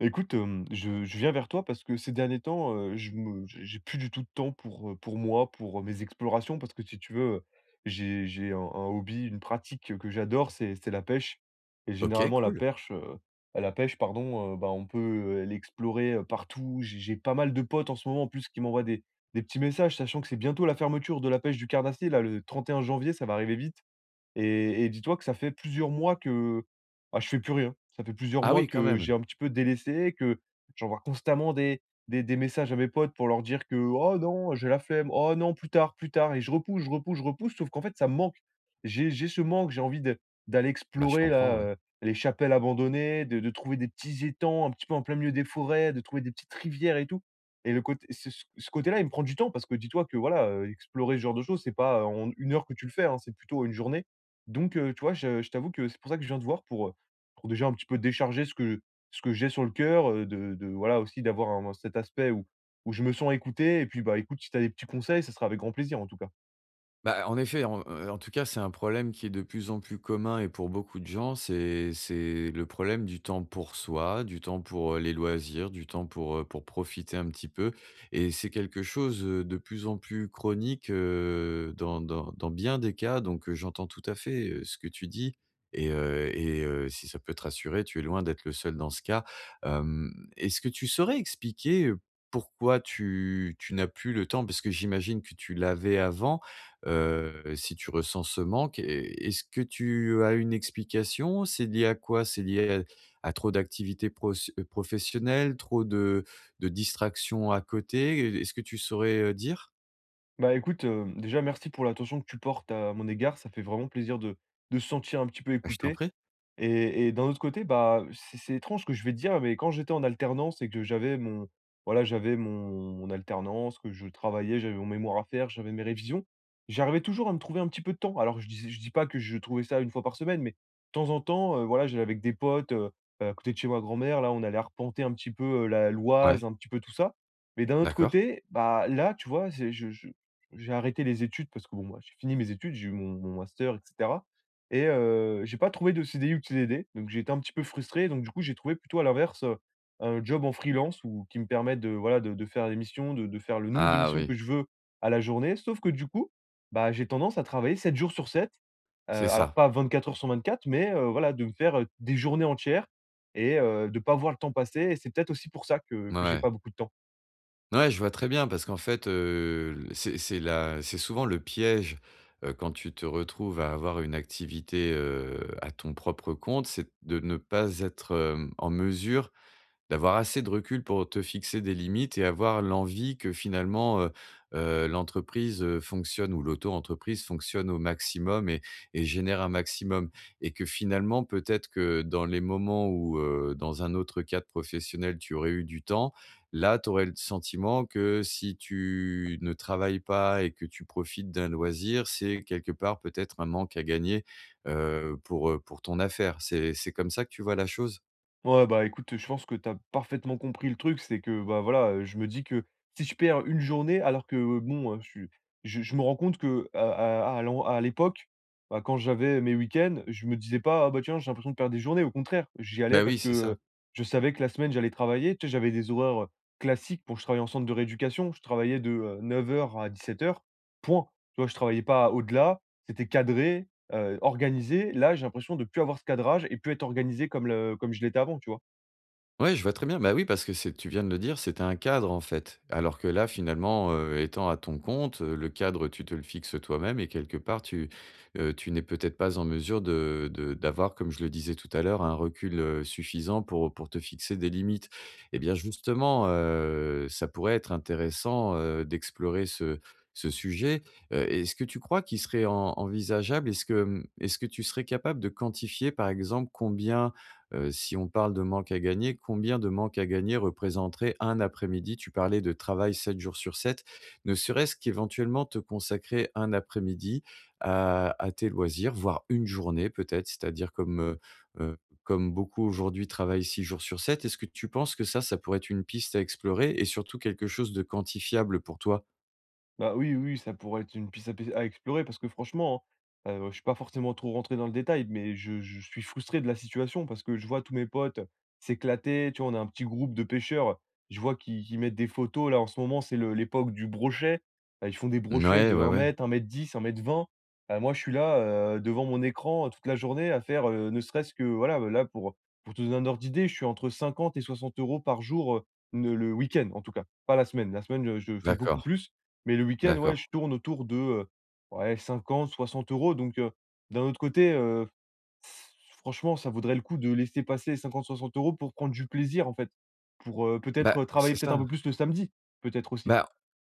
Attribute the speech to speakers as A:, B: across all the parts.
A: Écoute, je viens vers toi parce que ces derniers temps, je me j'ai plus du tout de temps pour moi, pour, mes explorations parce que si tu veux, j'ai un hobby, une pratique, que j'adore, c'est la pêche et
B: OK,
A: généralement la
B: cool.
A: perche, la pêche pardon, bah, on peut, l'explorer, partout. J'ai pas mal de potes en ce moment en plus qui m'envoient des petits messages, sachant que c'est bientôt la fermeture de la pêche du carnassier là, le 31 janvier, ça va arriver vite et dis-toi que ça fait plusieurs mois que, ah, je fais plus rien. Ça fait plusieurs
B: Ah
A: mois
B: oui, quand
A: que
B: même.
A: j'ai un petit peu délaissé, que j'envoie constamment des messages à mes potes pour leur dire que: «Oh non, j'ai la flemme. Oh non, plus tard» et je repousse, je repousse, je repousse, sauf qu'en fait, ça me manque. J'ai ce manque, j'ai envie de d'aller
B: Bah, je
A: explorer là,
B: comprends, ouais.
A: les chapelles abandonnées, de trouver des petits étangs un petit peu en plein milieu des forêts, de trouver des petites rivières et tout. Et le côté ce côté-là, il me prend du temps parce que dis-toi que voilà, explorer ce genre de choses, c'est pas en une heure que tu le fais, hein, c'est plutôt une journée. Donc, tu vois, je t'avoue que c'est pour ça que je viens te voir pour déjà un petit peu décharger ce que j'ai sur le cœur, de voilà aussi d'avoir un cet aspect où je me sens écouté et puis, bah, écoute, si tu as des petits conseils, ça sera avec grand plaisir en tout cas.
B: Bah, en effet, en tout cas, c'est un problème qui est de plus en plus commun et pour beaucoup de gens, c'est le problème du temps pour soi, du temps pour, les loisirs, du temps pour profiter un petit peu et c'est quelque chose, de plus en plus chronique, dans bien des cas donc j'entends tout à fait, ce que tu dis et si ça peut te rassurer, tu es loin d'être le seul dans ce cas. Est-ce que tu saurais expliquer, pourquoi tu n'as plus le temps? Parce que j'imagine que tu l'avais avant. Si tu ressens ce manque, est-ce que tu as une explication? C'est lié à quoi? C'est lié à trop d'activités proce professionnelles, trop de distractions à côté? E est-ce que tu saurais, dire?
A: Bah, écoute, déjà merci pour l'attention que tu portes à mon égard, ça fait vraiment plaisir de se sentir un petit peu
B: Bah, je t'en
A: écouté.
B: prie.
A: Et d'un autre côté, bah, c'est étrange ce que je vais te dire, mais quand j'étais en alternance et que j'avais mon voilà, j'avais mon alternance, que je travaillais, j'avais mon mémoire à faire, j'avais mes révisions, j'arrivais toujours à me trouver un petit peu de temps. Alors je dis pas que je trouvais ça une fois par semaine, mais de temps en temps, voilà, j'allais avec des potes, à côté de chez ma grand-mère, là, on allait arpenter un petit peu, la
B: Ouais,
A: l'Oise, un petit peu tout ça. Mais d'un autre
B: d'accord.
A: côté, bah, là, tu vois, c'est je j'ai arrêté les études parce que bon, moi, j'ai fini mes études, j'ai eu mon master, etc. Et j'ai pas trouvé de CDI ou de CDD, donc j'étais un petit peu frustré. Donc du coup, j'ai trouvé plutôt à l'inverse, un job en freelance ou qui me permet de, voilà, de faire des missions, de faire le nombre de
B: Ah
A: missions
B: oui,
A: que je veux à la journée. Sauf que du coup, bah, j'ai tendance à travailler 7 jours sur 7,
B: c'est
A: alors
B: ça.
A: pas 24 heures sur 24, mais voilà, de me faire, des journées entières et de pas voir le temps passer et c'est peut-être aussi pour ça que j'ai
B: Ouais,
A: pas beaucoup de temps.
B: ouais, je vois très bien parce qu'en fait, c'est souvent le piège, quand tu te retrouves à avoir une activité, à ton propre compte, c'est de ne pas être, en mesure d'avoir assez de recul pour te fixer des limites et avoir l'envie que finalement, l'entreprise, fonctionne ou l'auto-entreprise fonctionne au maximum et génère un maximum et que finalement, peut-être que dans les moments où, dans un autre cadre professionnel, tu aurais eu du temps, là, tu aurais le sentiment que si tu ne travailles pas et que tu profites d'un loisir, c'est quelque part peut-être un manque à gagner, pour ton affaire. C'est comme ça que tu vois la chose?
A: Ouais, bah, écoute, je pense que tu as parfaitement compris le truc. C'est que, bah, voilà, je me dis que si je perds une journée alors que bon, je suis je me rends compte que, à l'époque, bah, quand j'avais mes week-ends, je me disais pas: «Ah bah, tiens, j'ai l'impression de perdre des journées». Au contraire, j'y allais
B: Bah,
A: parce
B: oui,
A: que,
B: c'est ça.
A: je savais que la semaine, j'allais travailler. Tu sais, j'avais des horaires, classiques, pour je travaillais en centre de rééducation. Je travaillais de, heures à 17 heures, point. Tu vois? Je travaillais pas au-delà, c'était cadré. Organisé, là, j'ai l'impression de plus avoir ce cadrage et plus être organisé comme je l'étais avant, tu vois?
B: Ouais, je vois très bien. Bah, oui, parce que c'est tu viens de le dire, c'était un cadre, en fait. Alors que là, finalement, étant à ton compte, le cadre, tu te le fixes toi-même et quelque part, tu n'es peut-être pas en mesure de d'avoir, comme je le disais tout à l'heure, un recul, suffisant pour te fixer des limites. Eh bien, justement, ça pourrait être intéressant, d'explorer ce sujet. Est-ce que tu crois qu'il serait en envisageable? Est-ce que tu serais capable de quantifier, par exemple, combien, si on parle de manque à gagner, combien de manque à gagner représenterait un après-midi? Tu parlais de travail 7 jours sur 7. Ne serait-ce qu'éventuellement te consacrer un après-midi à tes loisirs, voire une journée peut-être, c'est-à-dire comme, heu, comme beaucoup aujourd'hui travaillent 6 jours sur 7. Est-ce que tu penses que ça pourrait être une piste à explorer et surtout quelque chose de quantifiable pour toi?
A: Bah, oui, oui, ça pourrait être une piste à explorer parce que franchement, hein, je suis pas forcément trop rentré dans le détail, mais je suis frustré de la situation parce que je vois tous mes potes s'éclater, tu vois? On a un petit groupe de pêcheurs, je vois qu'ils mettent des photos là, en ce moment, c'est le l'époque du brochet. Ils font des brochets
B: Ouais,
A: de
B: ouais,
A: un
B: ouais.
A: mètre, un mètre dix, un mètre vingt. Moi, je suis là, devant mon écran, toute la journée à faire, ne serait-ce que voilà, bah, là, pour te donner un ordre d'idée, je suis entre 50 et 60 euros par jour, ne le week-end en tout cas, pas la semaine. La semaine, je fais beaucoup
B: D'accord,
A: plus. Mais le week-end, ouais, je
B: d'accord.
A: tourne autour de, ouais, 50-60 euros. Donc d'un autre côté, franchement, ça vaudrait le coup de laisser passer 50-60 euros pour prendre du plaisir, en fait. Pour,
B: Bah,
A: peut-être, travailler
B: c'est
A: peut-être un
B: ça.
A: peu plus le samedi, peut-être aussi.
B: Bah,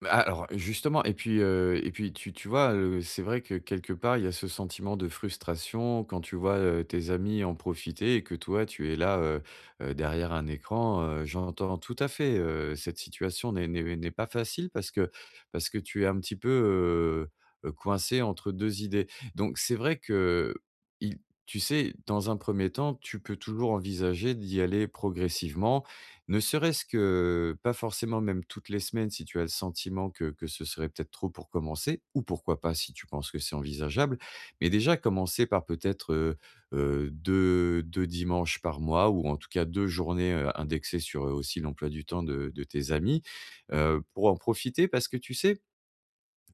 B: bah, alors justement et puis tu vois, c'est vrai que quelque part, il y a ce sentiment de frustration quand tu vois, tes amis en profiter et que toi, tu es là, derrière un écran, j'entends tout à fait, cette situation n'est pas facile parce que tu es un petit peu, coincé entre 2 idées. Donc c'est vrai que, il tu sais, dans un premier temps, tu peux toujours envisager d'y aller progressivement ne serait-ce que, pas forcément même toutes les semaines si tu as le sentiment que ce serait peut-être trop pour commencer ou pourquoi pas si tu penses que c'est envisageable. Mais déjà commencer par peut-être, 2 dimanches par mois ou en tout cas 2 journées, indexées sur, aussi l'emploi du temps de tes amis, pour en profiter parce que tu sais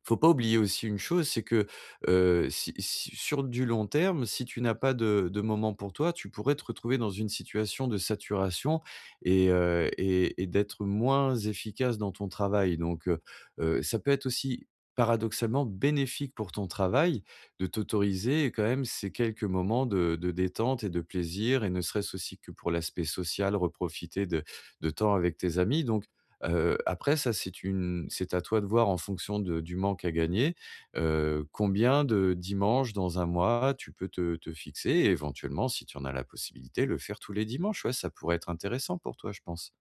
B: faut pas oublier aussi une chose, c'est que, si sur du long terme, si tu n'as pas de moment pour toi, tu pourrais te retrouver dans une situation de saturation et d'être moins efficace dans ton travail donc ça peut être aussi paradoxalement bénéfique pour ton travail de t'autoriser quand même ces quelques moments de détente et de plaisir et ne serait-ce aussi que pour l'aspect social, reprofiter de temps avec tes amis donc, après ça, c'est à toi de voir en fonction de du manque à gagner, combien de dimanches dans un mois tu peux te fixer et éventuellement, si tu en as la possibilité, le faire tous les dimanches. Ouais, ça pourrait être intéressant pour toi, je pense.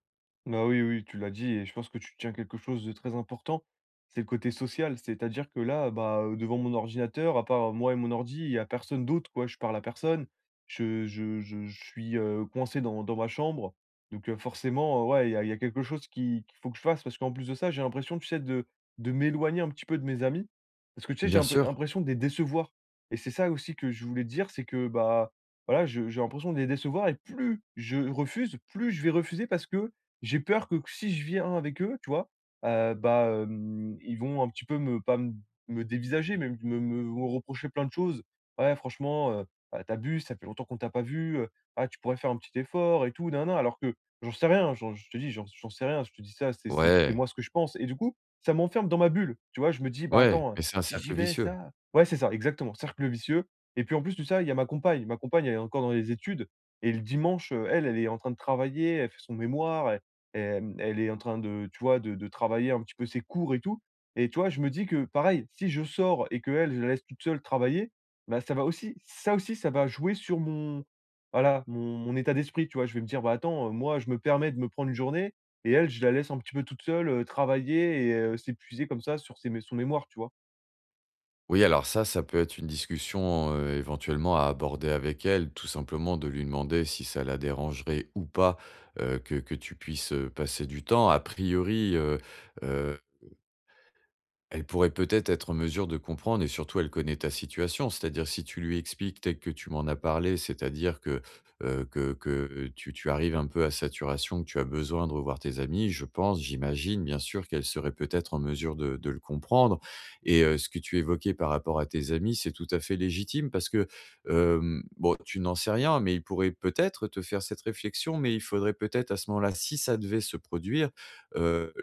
A: Bah, oui, oui, tu l'as dit et je pense que tu tiens quelque chose de très important, c'est le côté social. C'est-à-dire que là, bah, devant mon ordinateur, à part moi et mon ordi, il y a personne d'autre, quoi. Je parle à personne, je suis, coincé dans ma chambre, donc forcément, ouais, il y a quelque chose qui qu'il faut que je fasse parce qu'en plus de ça, j'ai l'impression, tu sais, de m'éloigner un petit peu de mes amis parce que, tu sais, j'ai
B: Bien
A: un peu
B: sûr.
A: l'impression de les décevoir et c'est ça aussi que je voulais te dire, c'est que, bah, voilà, je j'ai l'impression de les décevoir et plus je refuse, plus je vais refuser parce que j'ai peur que si je viens avec eux, tu vois, bah, ils vont un petit peu me pas me me dévisager, mais me reprocher plein de choses. «Ouais, franchement, bah, tu ça fait longtemps qu'on t'a pas vu, ah, tu pourrais faire un petit effort et tout, nin nin», alors que j'en sais rien, j'en je te dis, j'en sais rien, je te dis ça, c'est
B: Ouais,
A: moi ce que je pense et du coup, ça m'enferme dans ma bulle, tu vois? Je me dis: «Bah,
B: ouais,
A: attends, hein,
B: mais c'est un
A: si j'y
B: cercle
A: vais,
B: vicieux.
A: ça» ouais, c'est ça, exactement, cercle vicieux. Et puis en plus de ça, il y a ma compagne. Ma compagne, elle est encore dans les études et le dimanche, elle, elle est en train de travailler, elle fait son mémoire. Elle est en train de, tu vois, de travailler un petit peu ses cours et tout et tu vois, je me dis que pareil, si je sors et qu'elle, je la laisse toute seule travailler, bah, ça va aussi, ça aussi, ça va jouer sur mon voilà, mon état d'esprit, tu vois? Je vais me dire: «Bah, attends, moi, je me permets de me prendre une journée et elle, je la laisse un petit peu toute seule, travailler et s'épuiser comme ça sur ses mé son mémoire», tu vois?
B: Oui, alors ça peut être une discussion, éventuellement à aborder avec elle, tout simplement de lui demander si ça la dérangerait ou pas, que tu puisses, passer du temps. A priori, elle pourrait peut-être être en mesure de comprendre et surtout elle connaît ta situation. C'est-à-dire si tu lui expliques tel que tu m'en as parlé, c'est-à-dire que, que tu arrives un peu à saturation, que tu as besoin de revoir tes amis, je pense, j'imagine bien sûr qu'elle serait peut-être en mesure de le comprendre et ce que tu évoquais par rapport à tes amis, c'est tout à fait légitime parce que, bon, tu n'en sais rien, mais il pourrait peut-être te faire cette réflexion, mais il faudrait peut-être à ce moment-là, si ça devait se produire, heu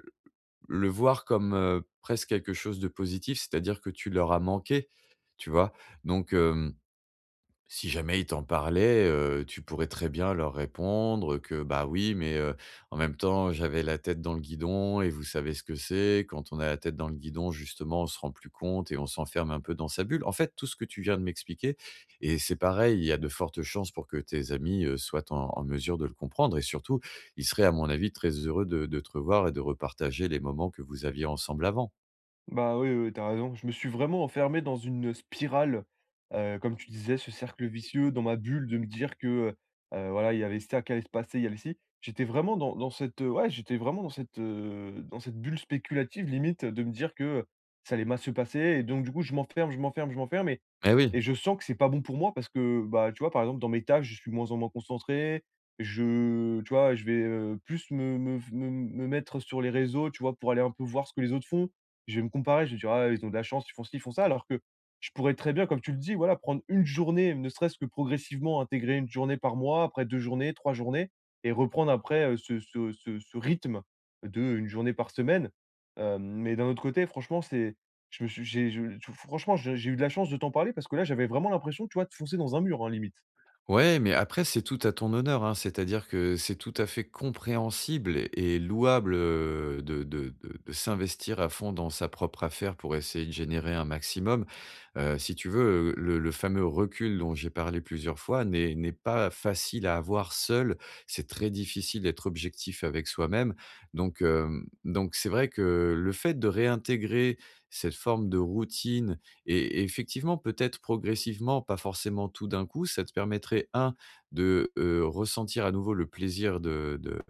B: le voir comme, presque quelque chose de positif, c'est-à-dire que tu leur as manqué, tu vois? Donc, hem si jamais ils t'en parlaient, tu pourrais très bien leur répondre que: «Bah, oui, mais en même temps, j'avais la tête dans le guidon et vous savez ce que c'est. Quand on a la tête dans le guidon, justement, on se rend plus compte et on s'enferme un peu dans sa bulle». En fait, tout ce que tu viens de m'expliquer et c'est pareil, il y a de fortes chances pour que tes amis, soient en mesure de le comprendre et surtout, ils seraient, à mon avis, très heureux de te revoir et de repartager les moments que vous aviez ensemble avant.
A: Bah, oui, oui, tu raison. Je me suis vraiment enfermé dans une spirale, comme tu disais, ce cercle vicieux, dans ma bulle, de me dire que, voilà, il y avait ça qui allait se passer, il y avait ci. J'étais vraiment dans cette, ouais, j'étais vraiment dans cette bulle spéculative, limite, de me dire que ça allait mal se passer et donc du coup, je m'enferme, je m'enferme, je m'enferme et
B: Eh oui!
A: et je sens que c'est pas bon pour moi parce que, bah, tu vois, par exemple, dans mes tâches, je suis de moins en moins concentré. Je tu vois, je vais, plus me mettre sur les réseaux, tu vois, pour aller un peu voir ce que les autres font. Je vais me comparer, je vais dire: «Ah, ils ont de la chance, ils font ci, ils font ça», alors que je pourrais très bien, comme tu le dis, voilà, prendre une journée, ne serait-ce que progressivement intégrer une journée par mois, après 2 journées, 3 journées et reprendre après, ce rythme de une journée par semaine. Mais d'un autre côté, franchement, c'est je me suis j'ai je tu- franchement, je j'ai eu de la chance de t'en parler parce que là, j'avais vraiment l'impression, tu vois, de foncer dans un mur, hein, limite.
B: Ouais, mais après, c'est tout à ton honneur, hein. C'est-à-dire que c'est tout à fait compréhensible et louable, de s'investir à fond dans sa propre affaire pour essayer de générer un maximum. Si tu veux, le fameux recul dont j'ai parlé plusieurs fois n'est pas facile à avoir seul. C'est très difficile d'être objectif avec soi-même. Donc, c'est vrai que le fait de réintégrer cette forme de routine et effectivement, peut-être progressivement, pas forcément tout d'un coup, ça te permettrait, un de, ressentir à nouveau le plaisir de de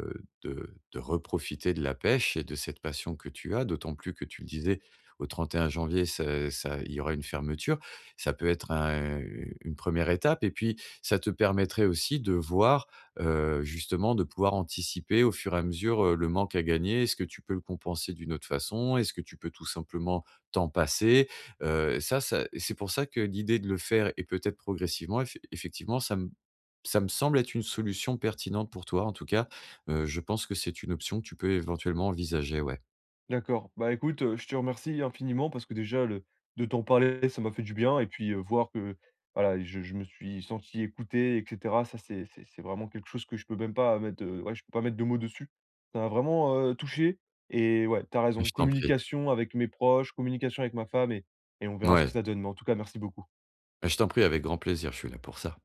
B: de de reprofiter de la pêche et de cette passion que tu as, d'autant plus que tu le disais, au 31 janvier, ça il y aura une fermeture. Ça peut être un une première étape et puis ça te permettrait aussi de voir, justement, de pouvoir anticiper au fur et à mesure, le manque à gagner. Est-ce que tu peux le compenser d'une autre façon? Est-ce que tu peux tout simplement t'en passer? Ça c'est pour ça que l'idée de le faire et peut-être progressivement effectivement ça me semble être une solution pertinente pour toi en tout cas, je pense que c'est une option que tu peux éventuellement envisager, ouais.
A: D'accord. Bah, écoute, je te remercie infiniment parce que déjà le de t'en parler, ça m'a fait du bien et puis, voir que voilà, je me suis senti écouté et cetera. Ça, c'est vraiment quelque chose que je peux même pas mettre, ouais, je peux pas mettre de mots dessus. Ça m'a vraiment, touché et ouais, t'as raison,
B: Je t'en prie.
A: communication avec mes proches, communication avec ma femme et on verra ce que
B: Ouais,
A: ça donne. Mais en tout cas, merci beaucoup.
B: je t'en prie avec grand plaisir, je suis là pour ça.